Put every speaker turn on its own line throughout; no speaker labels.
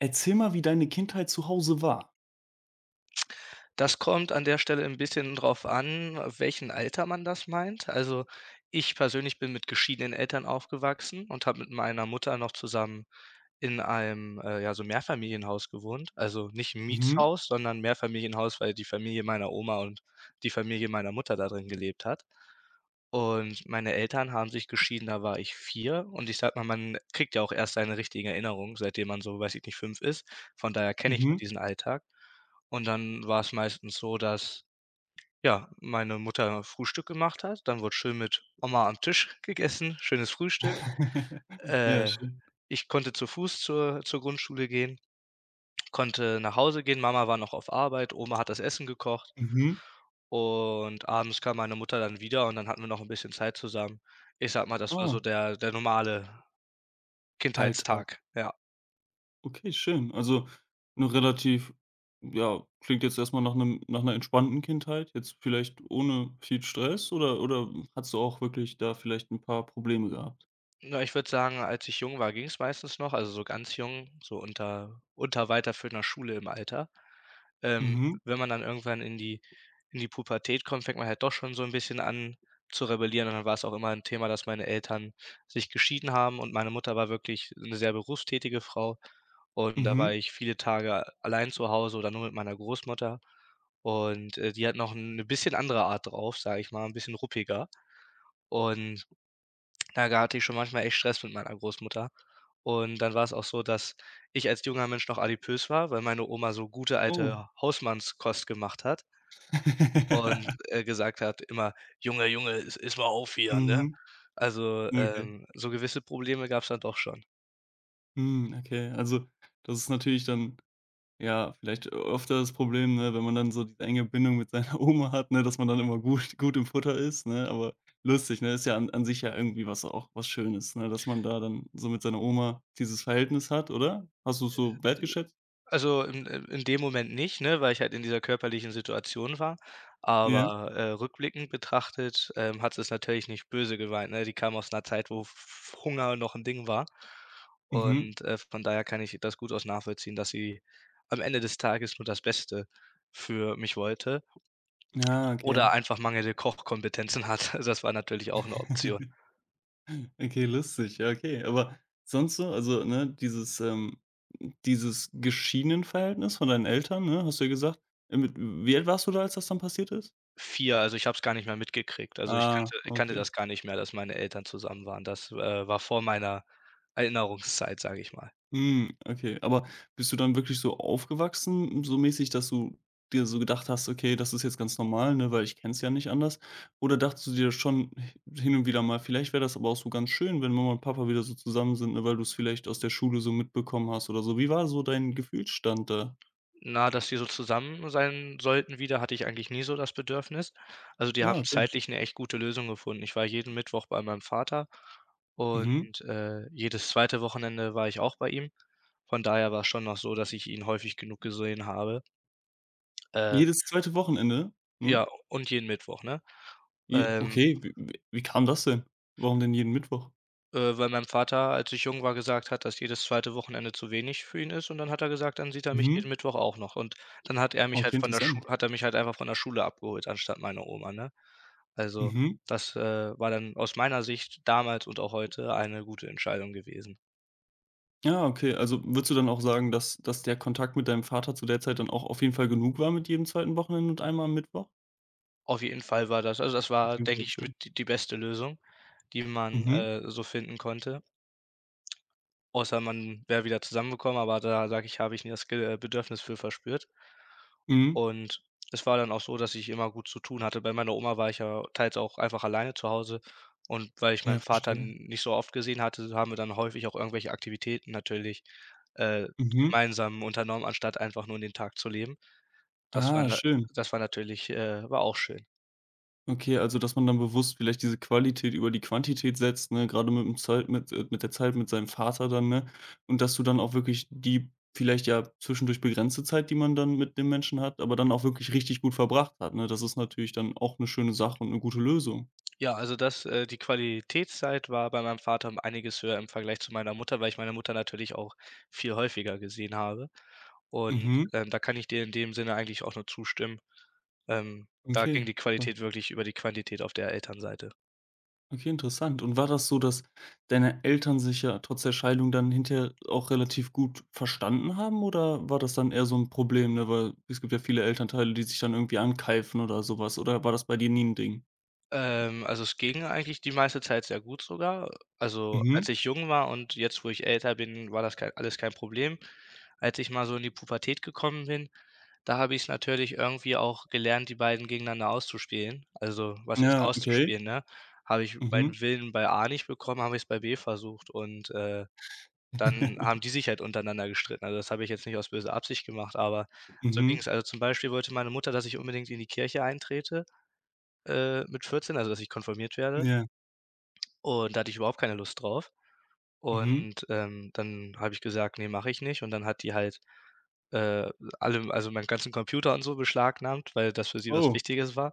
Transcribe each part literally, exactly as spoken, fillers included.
Erzähl mal, wie deine Kindheit zu Hause war.
Das kommt an der Stelle ein bisschen drauf an, welchen Alter man das meint. Also, ich persönlich bin mit geschiedenen Eltern aufgewachsen und habe mit meiner Mutter noch zusammen in einem, äh, ja, so Mehrfamilienhaus gewohnt. Also, nicht 'n
Mhm.
Mietshaus, sondern ein Mehrfamilienhaus, weil die Familie meiner Oma und die Familie meiner Mutter da drin gelebt hat. Und meine Eltern haben sich geschieden, da war ich vier. und ich sage mal, man kriegt ja auch erst seine richtigen Erinnerungen, seitdem man so, weiß ich nicht, fünf ist. Von daher kenne ich nur
Mhm.
diesen Alltag. Und dann war es meistens so, dass, ja, meine Mutter Frühstück gemacht hat, dann wurde schön mit Oma am Tisch gegessen, schönes Frühstück.
Ja,
Äh,
schön.
Ich konnte zu Fuß zur zur Grundschule gehen, konnte nach Hause gehen. Mama war noch auf Arbeit, Oma hat das Essen gekocht.
Mhm.
Und abends kam meine Mutter dann wieder und dann hatten wir noch ein bisschen Zeit zusammen. Ich sag mal, das war
Ah,
so der der normale
Alltag.
Kindheitstag, ja.
Okay, schön. Also eine relativ ja, klingt jetzt erstmal nach einem nach einer entspannten Kindheit, jetzt vielleicht ohne viel Stress oder oder hattest du auch wirklich da vielleicht ein paar Probleme gehabt?
Na, ich würde sagen, als ich jung war, ging es meistens noch, also so ganz jung, so unter unter weiterführender Schule im Alter. Ähm,
Mhm,
Wenn man dann irgendwann in die in die Pubertät kommt, fängt man halt doch schon so ein bisschen an zu rebellieren und dann war es auch immer ein Thema, dass meine Eltern sich geschieden haben und meine Mutter war wirklich eine sehr berufstätige Frau und da war
mhm.
ich viele Tage allein zu Hause oder nur mit meiner Großmutter und, äh, die hat noch eine bisschen andere Art drauf, sage ich mal, ein bisschen ruppiger und da ga hatte ich schon manchmal echt Stress mit meiner Großmutter. Und dann war es auch so, dass ich als junger Mensch noch adipös war, weil meine Oma so gute
Oh.
alte Hausmannskost gemacht hat und, äh, gesagt hat immer: „Junge, Junge, iss iss mal auf hier", ne?
Mhm,
Also,
okay.
ähm, so gewisse Probleme gab es dann doch schon.
Mhm, okay. Also, das ist natürlich dann ja, vielleicht öfter das Problem, ne, wenn man dann so diese enge Bindung mit seiner Oma hat, ne, dass man dann immer gut gut im Futter ist, ne? Aber lustig, ne? Ist ja an an sich ja irgendwie was auch was Schönes, ne, dass man da dann so mit seiner Oma dieses Verhältnis hat, oder? Hast du's so wertgeschätzt?
Also, in äh, in dem Moment nicht, ne, weil ich halt in dieser körperlichen Situation war.
Ja.
Aber, äh, rückblickend betrachtet, ähm, hat sie es natürlich nicht böse gemeint, ne? Die kam aus einer Zeit, wo F Hunger noch ein Ding war.
Mhm.
Und, äh, von daher kann ich das gut aus nachvollziehen, dass sie am Ende des Tages nur das Beste für mich wollte
Ja,
oder
okay.
einfach mangelnde Kochkompetenzen hat. Also, das war natürlich auch eine Option.
Okay, lustig. Ja, okay. Aber sonst so, also, ne, dieses, ähm dieses Geschieden-Verhältnis von deinen Eltern, ne, hast du ja gesagt. Äh, mit wie alt warst du da, als das dann passiert ist?
Vier, also, ich habe es gar nicht mehr mitgekriegt. Also, ich
Ah,
kannte kannte
okay.
das gar nicht mehr, dass meine Eltern zusammen waren. Das, äh, war vor meiner Erinnerungszeit, sage ich mal.
Hm, okay. Aber bist du dann wirklich so aufgewachsen, so mäßig, dass du dir so gedacht hast: „Okay, das ist jetzt ganz normal, ne, weil ich kenne es ja nicht anders.“ Oder dachtest du dir schon hin und wieder mal: „Vielleicht wäre das aber auch so ganz schön, wenn Mama und Papa wieder so zusammen sind, ne, weil du es vielleicht aus der Schule so mitbekommen hast oder so.“ Wie war so dein Gefühlsstand da?
Na, dass die so zusammen sein sollten wieder, hatte ich eigentlich nie so das Bedürfnis. Also, die
Ah,
haben
okay.
zeitlich 'ne echt gute Lösung gefunden. Ich war jeden Mittwoch bei meinem Vater und,
Mhm.
äh, jedes zweite Wochenende war ich auch bei ihm. Von daher war's schon noch so, dass ich ihn häufig genug gesehen habe. Äh,
Jedes zweite Wochenende, ne?
ja, und jeden Mittwoch, ne?
Je
Ähm
okay, w w wie kam das denn? Warum denn jeden Mittwoch?
Äh, weil mein Vater, als ich jung war, gesagt hat, dass jedes zweite Wochenende zu wenig für ihn ist und dann hat er gesagt, dann sieht er mich jeden
Mhm.
Mittwoch auch noch und dann hat er mich halt
Okay,
von der Schu
interessant.
hat er mich halt einfach von der Schule abgeholt anstatt meiner Oma, ne? Also,
Mhm.
das, äh, war dann aus meiner Sicht damals und auch heute eine gute Entscheidung gewesen.
Ja, okay. Also, würdest du dann auch sagen, dass dass der Kontakt mit deinem Vater zu der Zeit dann auch auf jeden Fall genug war mit jedem zweiten Wochenende und einmal am Mittwoch?
Auf jeden Fall war das also, das
Auf
war,
jeden
denke
Fall
ich, mit
schön.
die die beste Lösung, die man,
Mhm,
äh, so finden konnte. Außer man wäre wieder zusammengekommen, aber da sage ich, habe ich nie das Ge äh, Bedürfnis für verspürt.
mhm.
Und es war dann auch so, dass ich immer gut zu tun hatte. Bei meiner Oma war ich ja teils auch einfach alleine zu Hause und weil ich meinen
Ja,
Vater
verstehe.
n- nicht so oft gesehen hatte, haben wir dann häufig auch irgendwelche Aktivitäten natürlich, äh,
Mhm.
gemeinsam unternommen, anstatt einfach nur in den Tag zu leben. Das war
Ah,
na
schön.
Das war natürlich äh, war auch schön.
Okay, also, dass man dann bewusst vielleicht diese Qualität über die Quantität setzt, ne, gerade mit dem Zeit mit äh, mit der Zeit mit seinem Vater dann, ne? Und dass du dann auch wirklich die vielleicht ja zwischendurch begrenzte Zeit, die man dann mit dem Menschen hat, aber dann auch wirklich richtig gut verbracht hat, ne? Das ist natürlich dann auch eine schöne Sache und eine gute Lösung.
Ja, also das äh, die Qualitätszeit war bei meinem Vater um einiges höher im Vergleich zu meiner Mutter, weil ich meine Mutter natürlich auch viel häufiger gesehen habe. Und,
Mhm,
ähm, da kann ich dir in dem Sinne eigentlich auch nur zustimmen. Ähm, da
okay,
ging die
super.
Qualität wirklich über die Quantität auf der Elternseite.
Okay, interessant. Und war das so, dass deine Eltern sich ja trotz der Scheidung dann hinterher auch relativ gut verstanden haben oder war das dann eher so ein Problem, ne? Weil es gibt ja viele Elternteile, die sich dann irgendwie ankeifen oder sowas, oder war das bei dir nie ein Ding?
Ähm, also, es ging eigentlich die meiste Zeit sehr gut sogar. Also,
Mhm.
als ich jung war und jetzt, wo ich älter bin, war das kei alles kein Problem. Als ich mal so in die Pubertät gekommen bin, da habe ich's natürlich irgendwie auch gelernt, die beiden gegeneinander auszuspielen. Also, was heißt
Ja, okay.
auszuspielen, ne? Habe ich
Mhm.
meinen Willen bei A nicht bekommen, habe ich es bei B versucht und, äh, dann haben die sich halt untereinander gestritten. Also, das habe ich jetzt nicht aus böser Absicht gemacht, aber so ging
Mhm.
es. Also, zum Beispiel wollte meine Mutter, dass ich unbedingt in die Kirche eintrete äh, mit vierzehn, also dass ich konfirmiert werde.
Ja.
Und da hatte ich überhaupt keine Lust drauf.
Mhm.
Und, ähm, dann habe ich gesagt: „Nee, mache ich nicht." Und dann hat die halt, äh, alle also meinen ganzen Computer und so beschlagnahmt, weil das für sie was
Oh.
Wichtiges war.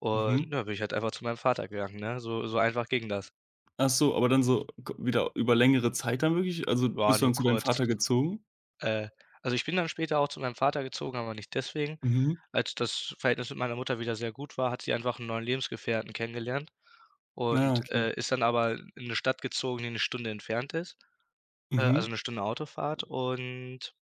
Und
Mhm.
ja, bin ich halt einfach zu meinem Vater gegangen, ne? So so einfach ging das.
Ach so, aber dann so k wieder über längere Zeit dann wirklich? Also,
Ja,
bist du
nur
dann zu deinem
kurz.
Vater gezogen?
Äh, also ich bin dann später auch zu meinem Vater gezogen, aber nicht deswegen.
Mhm.
Als das Verhältnis mit meiner Mutter wieder sehr gut war, hat sie einfach einen neuen Lebensgefährten kennengelernt
Ah,
und,
okay.
äh, ist dann aber in eine Stadt gezogen, die eine Stunde entfernt ist. Äh, also
Mhm.
eine Stunde Autofahrt und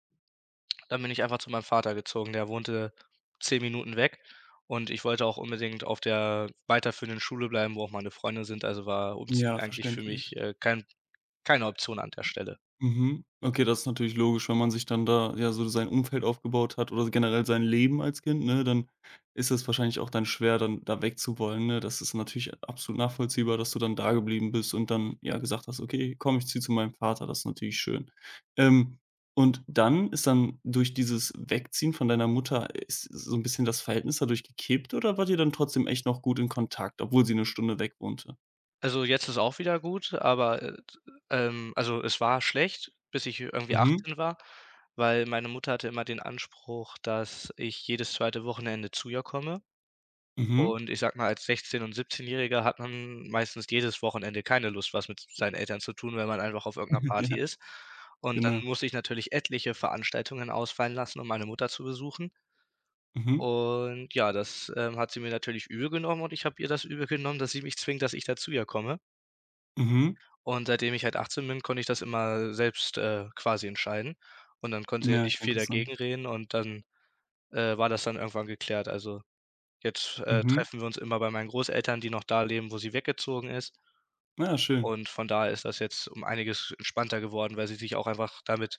dann bin ich einfach zu meinem Vater gezogen. Der wohnte zehn Minuten weg und ich wollte auch unbedingt auf der weiterführenden Schule bleiben, wo auch meine Freunde sind, also war Umziehen
Ja,
eigentlich für mich,
verständlich.
äh, kein keine Option an der Stelle.
Mhm. Okay, das ist natürlich logisch, wenn man sich dann da, ja, so sein Umfeld aufgebaut hat oder generell sein Leben als Kind, ne, dann ist es wahrscheinlich auch dann schwer, dann da wegzuwollen, ne? Das ist natürlich absolut nachvollziehbar, dass du dann da geblieben bist und dann, ja, gesagt hast: „Okay, komm, ich ziehe zu meinem Vater.“ Das ist natürlich schön. Ähm, und dann ist dann durch dieses Wegziehen von deiner Mutter ist so ein bisschen das Verhältnis dadurch gekippt oder wart ihr dann trotzdem echt noch gut in Kontakt, obwohl sie eine Stunde weg wohnte?
Also, jetzt ist auch wieder gut, aber, äh, ähm, also es war schlecht, bis ich irgendwie
Mhm.
achtzehn war, weil meine Mutter hatte immer den Anspruch, dass ich jedes zweite Wochenende zu ihr komme.
mhm.
Und ich sag mal, als sechzehn und siebzehnjähriger-Jähriger hat man meistens jedes Wochenende keine Lust, was mit seinen Eltern zu tun, wenn man einfach auf irgendeiner Party
Ja,
ist. Und dann
genau.
musste ich natürlich etliche Veranstaltungen ausfallen lassen, um meine Mutter zu besuchen.
Mhm,
Und ja, das, ähm, hat sie mir natürlich übel genommen und ich habe ihr das übel genommen, dass sie mich zwingt, dass ich da zu ihr komme.
mhm.
Und seitdem ich halt achtzehn bin, konnte ich das immer selbst, äh, quasi entscheiden. Und dann konnte sie ja
Ja,
nicht
okay,
viel
interessant.
dagegen reden und dann, äh, war das dann irgendwann geklärt. Also Jetzt, äh,
Mhm.
treffen wir uns immer bei meinen Großeltern, die noch da leben, wo sie weggezogen ist.
Ja, schön.
Und von daher ist das jetzt um einiges entspannter geworden, weil sie sich auch einfach damit.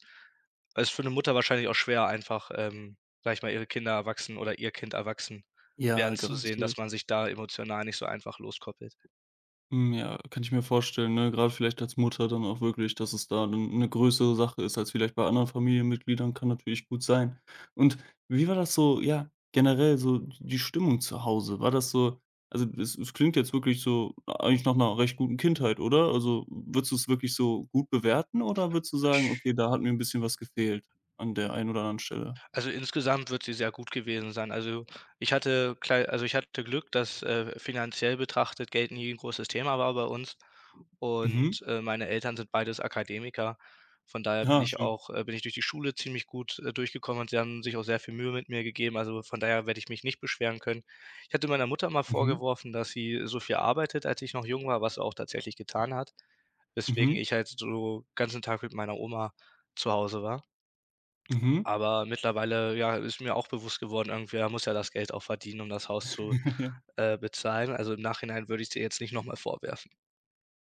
Es ist für 'ne Mutter wahrscheinlich auch schwer einfach, ähm, sage ich mal, ihre Kinder erwachsen oder ihr Kind erwachsen werden
Ja,
zu sehen, dass
garantiert.
man sich da emotional nicht so einfach loskoppelt.
Hm, ja, kann ich mir vorstellen, ne? Grade vielleicht als Mutter dann auch wirklich, dass es da eine größere Sache ist als vielleicht bei anderen Familienmitgliedern, kann natürlich gut sein. Und wie war das so, ja, generell so die Stimmung zu Hause? War das so also, es es klingt jetzt wirklich so eigentlich nach 'ner recht guten Kindheit, oder? Also, würdest du es wirklich so gut bewerten oder würdest du sagen:
Ich
„Okay, da hat mir ein bisschen was gefehlt an der einen oder anderen Stelle?“
Also, insgesamt wird sie sehr gut gewesen sein. Also, ich hatte klei also, ich hatte Glück, dass, äh, finanziell betrachtet Geld nie ein großes Thema war bei uns
Mhm.
und, äh, meine Eltern sind beides Akademiker. Von daher bin
Ja,
ich
schön.
auch äh, bin ich durch die Schule ziemlich gut, äh, durchgekommen und sie haben sich auch sehr viel Mühe mit mir gegeben. Also, von daher werde ich mich nicht beschweren können. Ich hatte meiner Mutter mal
Mhm.
vorgeworfen, dass sie so viel arbeitet, als ich noch jung war, was sie auch tatsächlich getan hat, weswegen
Mhm.
ich halt so ganzen Tag mit meiner Oma zu Hause war.
Mhm.
Aber mittlerweile, ja, ist mir auch bewusst geworden, irgendwer muss ja das Geld auch verdienen, um das Haus zu,
Ja.
äh, bezahlen. Also, im Nachhinein würde ich dir jetzt nicht noch mal vorwerfen.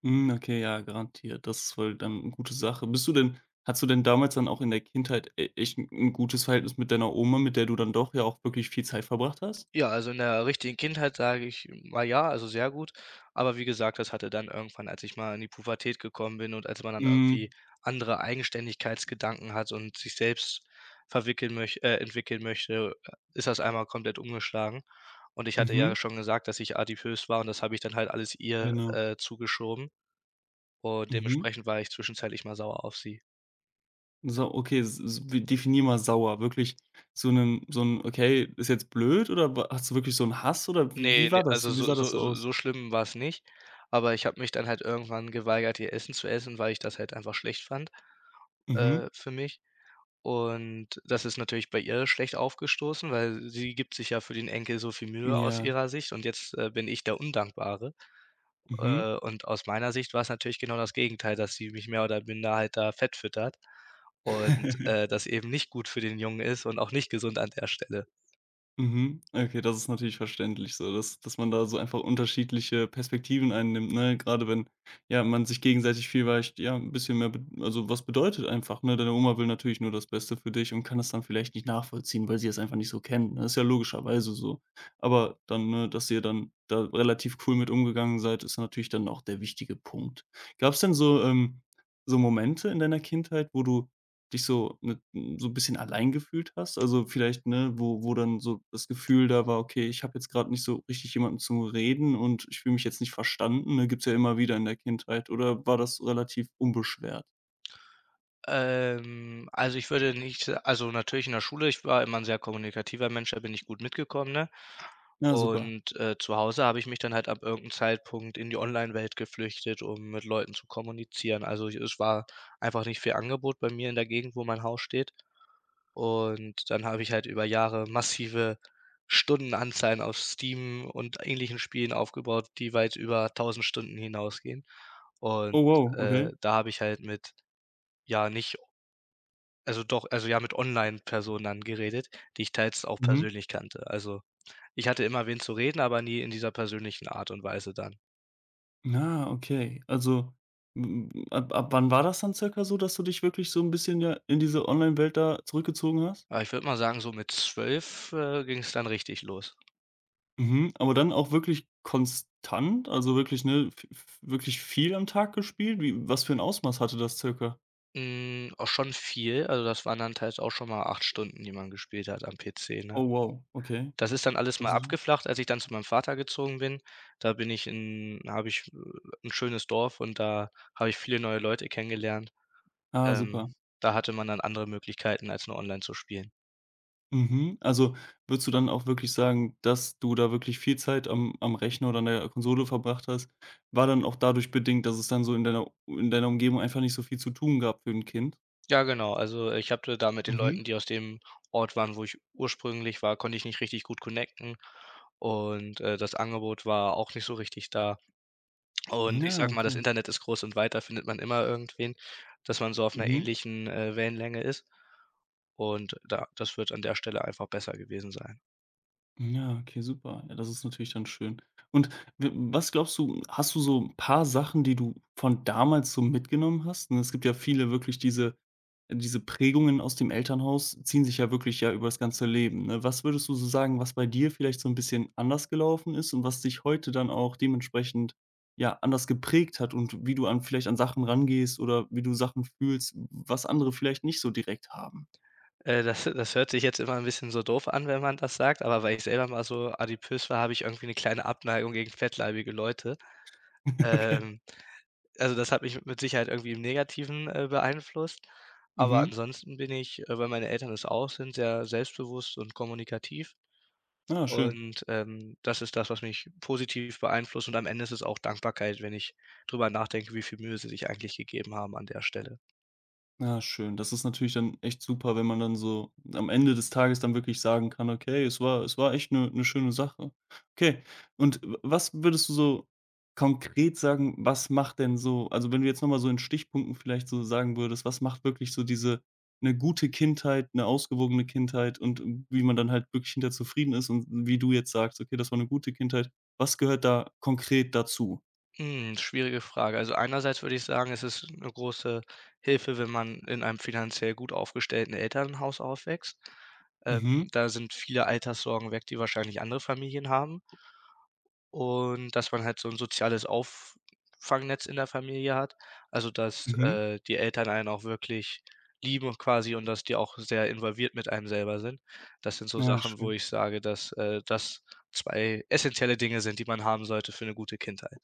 Hm, okay, ja, garantiert. Das ist wohl dann eine gute Sache. Bist du denn hattest du denn damals dann auch in der Kindheit e echt 'n 'n gutes Verhältnis mit deiner Oma, mit der du dann doch ja auch wirklich viel Zeit verbracht hast?
Ja, also, in der richtigen Kindheit sage ich mal ja, also, sehr gut. Aber wie gesagt, das hatte dann irgendwann, als ich mal in die Pubertät gekommen bin und als man dann irgendwie
Hm,
andere Eigenständigkeitsgedanken hat und sich selbst verwickeln möch äh, entwickeln möchte, äh, ist das einmal komplett umgeschlagen. Und ich hatte ja
mhm,
schon gesagt, dass ich adipös war und das habe ich dann halt alles ihr,
genau.
äh, zugeschoben. Und
Mhm.
dementsprechend war ich zwischenzeitlich mal sauer auf sie.
So, okay, s s wie definier mal sauer. Wirklich so einen so ein „Okay, ist jetzt blöd“ oder wa hast du wirklich so einen Hass oder wie
Ne,
wie
ne,
war das?
also
so, Wie
so
sah das
so
so aus?
so schlimm war's nicht, aber ich habe mich dann halt irgendwann geweigert, ihr Essen zu essen, weil ich das halt einfach schlecht fand,
Mhm.
äh, für mich. Und das ist natürlich bei ihr schlecht aufgestoßen, weil sie gibt sich ja für den Enkel so viel Mühe aus
Ja.
ihrer Sicht und jetzt, äh, bin ich der Undankbare.
Mhm.
Äh, und aus meiner Sicht war's natürlich genau das Gegenteil, dass sie mich mehr oder minder halt da fettfüttert und, äh, das eben nicht gut für den Jungen ist und auch nicht gesund an der Stelle.
Mhm. Okay, das ist natürlich verständlich so, dass dass man da so einfach unterschiedliche Perspektiven einnimmt, ne? Gerade wenn, ja, man sich gegenseitig vielleicht, ja, ein bisschen mehr be also, was bedeutet einfach, ne? Deine Oma will natürlich nur das Beste für dich und kann das dann vielleicht nicht nachvollziehen, weil sie es einfach nicht so kennt, ne? Ist ja logischerweise so. Aber dann, ne, dass ihr dann da relativ cool mit umgegangen seid, ist natürlich dann auch der wichtige Punkt. Gab es denn so, ähm so Momente in deiner Kindheit, wo du dich so mit so 'n bisschen allein gefühlt hast? Also, vielleicht, ne, wo wo dann so das Gefühl da war: „Okay, ich habe jetzt gerade nicht so richtig jemanden zum Reden und ich fühle mich jetzt nicht verstanden“, ne? Gibt's ja immer wieder in der Kindheit oder war das relativ unbeschwert?
Ähm, also, ich würde nicht sa- also, natürlich in der Schule ich war immer ein sehr kommunikativer Mensch, da bin ich gut mitgekommen, ne?
Ja, super.
Und, äh, zu Hause habe ich mich dann halt ab irgendeinem Zeitpunkt in die Online-Welt geflüchtet, um mit Leuten zu kommunizieren. Also, ich es war einfach nicht viel Angebot bei mir in der Gegend, wo mein Haus steht. Und dann habe ich halt über Jahre massive Stundenanzahlen auf Steam und ähnlichen Spielen aufgebaut, die weit über tausend Stunden hinausgehen. Und,
Oh wow,
äh,
okay.
da habe ich halt mit, ja, nicht also doch also ja, mit Online-Personen dann geredet, die ich teils auch
Mhm.
persönlich kannte. Also, ich hatte immer wen zu reden, aber nie in dieser persönlichen Art und Weise dann.
Ah, okay. Also, m ab ab wann war das dann circa so, dass du dich wirklich so ein bisschen ja in diese Online-Welt da zurückgezogen hast?
Aber ich würde mal sagen, so mit zwölf äh, ging es dann richtig los.
Mhm, aber dann auch wirklich konstant? Also wirklich, ne, v v wirklich viel am Tag gespielt? Wie was für ein Ausmaß hatte das circa?
Hm, auch schon viel. Also, das waren dann teils auch schon mal acht Stunden, die man gespielt hat am P C, ne?
Oh wow, okay.
Das ist dann alles mal
Also
abgeflacht, als ich dann zu meinem Vater gezogen bin. Da bin ich in habe ich, äh, 'n schönes Dorf und da habe ich viele neue Leute kennengelernt.
ah,
Ähm,
super.
Da hatte man dann andere Möglichkeiten, als nur online zu spielen.
Mhm. Also, würdest du dann auch wirklich sagen, dass du da wirklich viel Zeit am am Rechner oder an der Konsole verbracht hast, war dann auch dadurch bedingt, dass es dann so in deiner in deiner Umgebung einfach nicht so viel zu tun gab für ein Kind?
Ja, genau. Also, äh, ich hatte da mit den
Mhm.
Leuten, die aus dem Ort waren, wo ich ursprünglich war, konnte ich nicht richtig gut connecten und, äh, das Angebot war auch nicht so richtig da. Und ich
Ja,
sag mal, das
okay.
Internet ist groß und weit, da findet man immer irgendwen, dass man so auf einer
Mhm.
ähnlichen, äh, Wellenlänge ist. Und da das wird an der Stelle einfach besser gewesen sein.
Ja, okay, super. Ja, das ist natürlich dann schön. Und w was glaubst du hast du so ein paar Sachen, die du von damals so mitgenommen hast? Ne, es gibt ja viele wirklich diese diese Prägungen aus dem Elternhaus ziehen sich ja wirklich ja über das ganze Leben, ne? Was würdest du so sagen, was bei dir vielleicht so ein bisschen anders gelaufen ist und was dich heute dann auch dementsprechend, ja, anders geprägt hat und wie du an vielleicht an Sachen rangehst oder wie du Sachen fühlst, was andere vielleicht nicht so direkt haben?
Äh, das das hört sich jetzt immer ein bisschen so doof an, wenn man das sagt, aber weil ich selber mal so adipös war, habe ich irgendwie eine kleine Abneigung gegen fettleibige Leute.
Okay.
Ähm Also, das hat mich mit Sicherheit irgendwie im Negativen, äh, beeinflusst. Aber
Mhm.
ansonsten bin ich, äh, weil meine Eltern es auch sind, sehr selbstbewusst und kommunikativ.
Ah, schön.
Und, ähm, das ist das, was mich positiv beeinflusst. Und am Ende ist es auch Dankbarkeit, wenn ich drüber nachdenke, wie viel Mühe sie sich eigentlich gegeben haben an der Stelle.
Ja, schön. Das ist natürlich dann echt super, wenn man dann so am Ende des Tages dann wirklich sagen kann: „Okay, es war es war echt eine 'ne schöne Sache.“ Okay, und w was würdest du so konkret sagen, was macht denn so also, wenn du jetzt noch mal so in Stichpunkten vielleicht so sagen würdest, was macht wirklich so diese eine gute Kindheit, eine ausgewogene Kindheit und wie man dann halt wirklich hinter zufrieden ist und wie du jetzt sagst: „Okay, das war eine gute Kindheit.“ Was gehört da konkret dazu?
Hm, schwierige Frage. Also, einerseits würde ich sagen, es ist eine große Hilfe, wenn man in einem finanziell gut aufgestellten Elternhaus aufwächst. Ähm,
Mhm.
Da sind viele Alterssorgen weg, die wahrscheinlich andere Familien haben. Und dass man halt so 'n soziales Auffangnetz in der Familie hat. Also, dass,
mhm.
äh, die Eltern einen auch wirklich lieben quasi und dass die auch sehr involviert mit einem selber sind. Das sind so
Ja,
Sachen, wo
schön.
ich sage, dass, äh, das zwei essenzielle Dinge sind, die man haben sollte für 'ne gute Kindheit.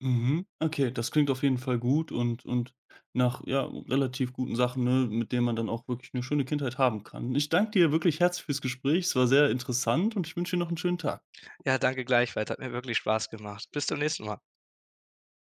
Mhm. Okay, das klingt auf jeden Fall gut und und nach, ja, relativ guten Sachen, ne, mit denen man dann auch wirklich eine schöne Kindheit haben kann. Ich danke dir wirklich herzlich fürs Gespräch. Es war sehr interessant und ich wünsche dir noch einen schönen Tag.
Ja, danke gleichfalls. Hat mir wirklich Spaß gemacht. Bis zum nächsten Mal.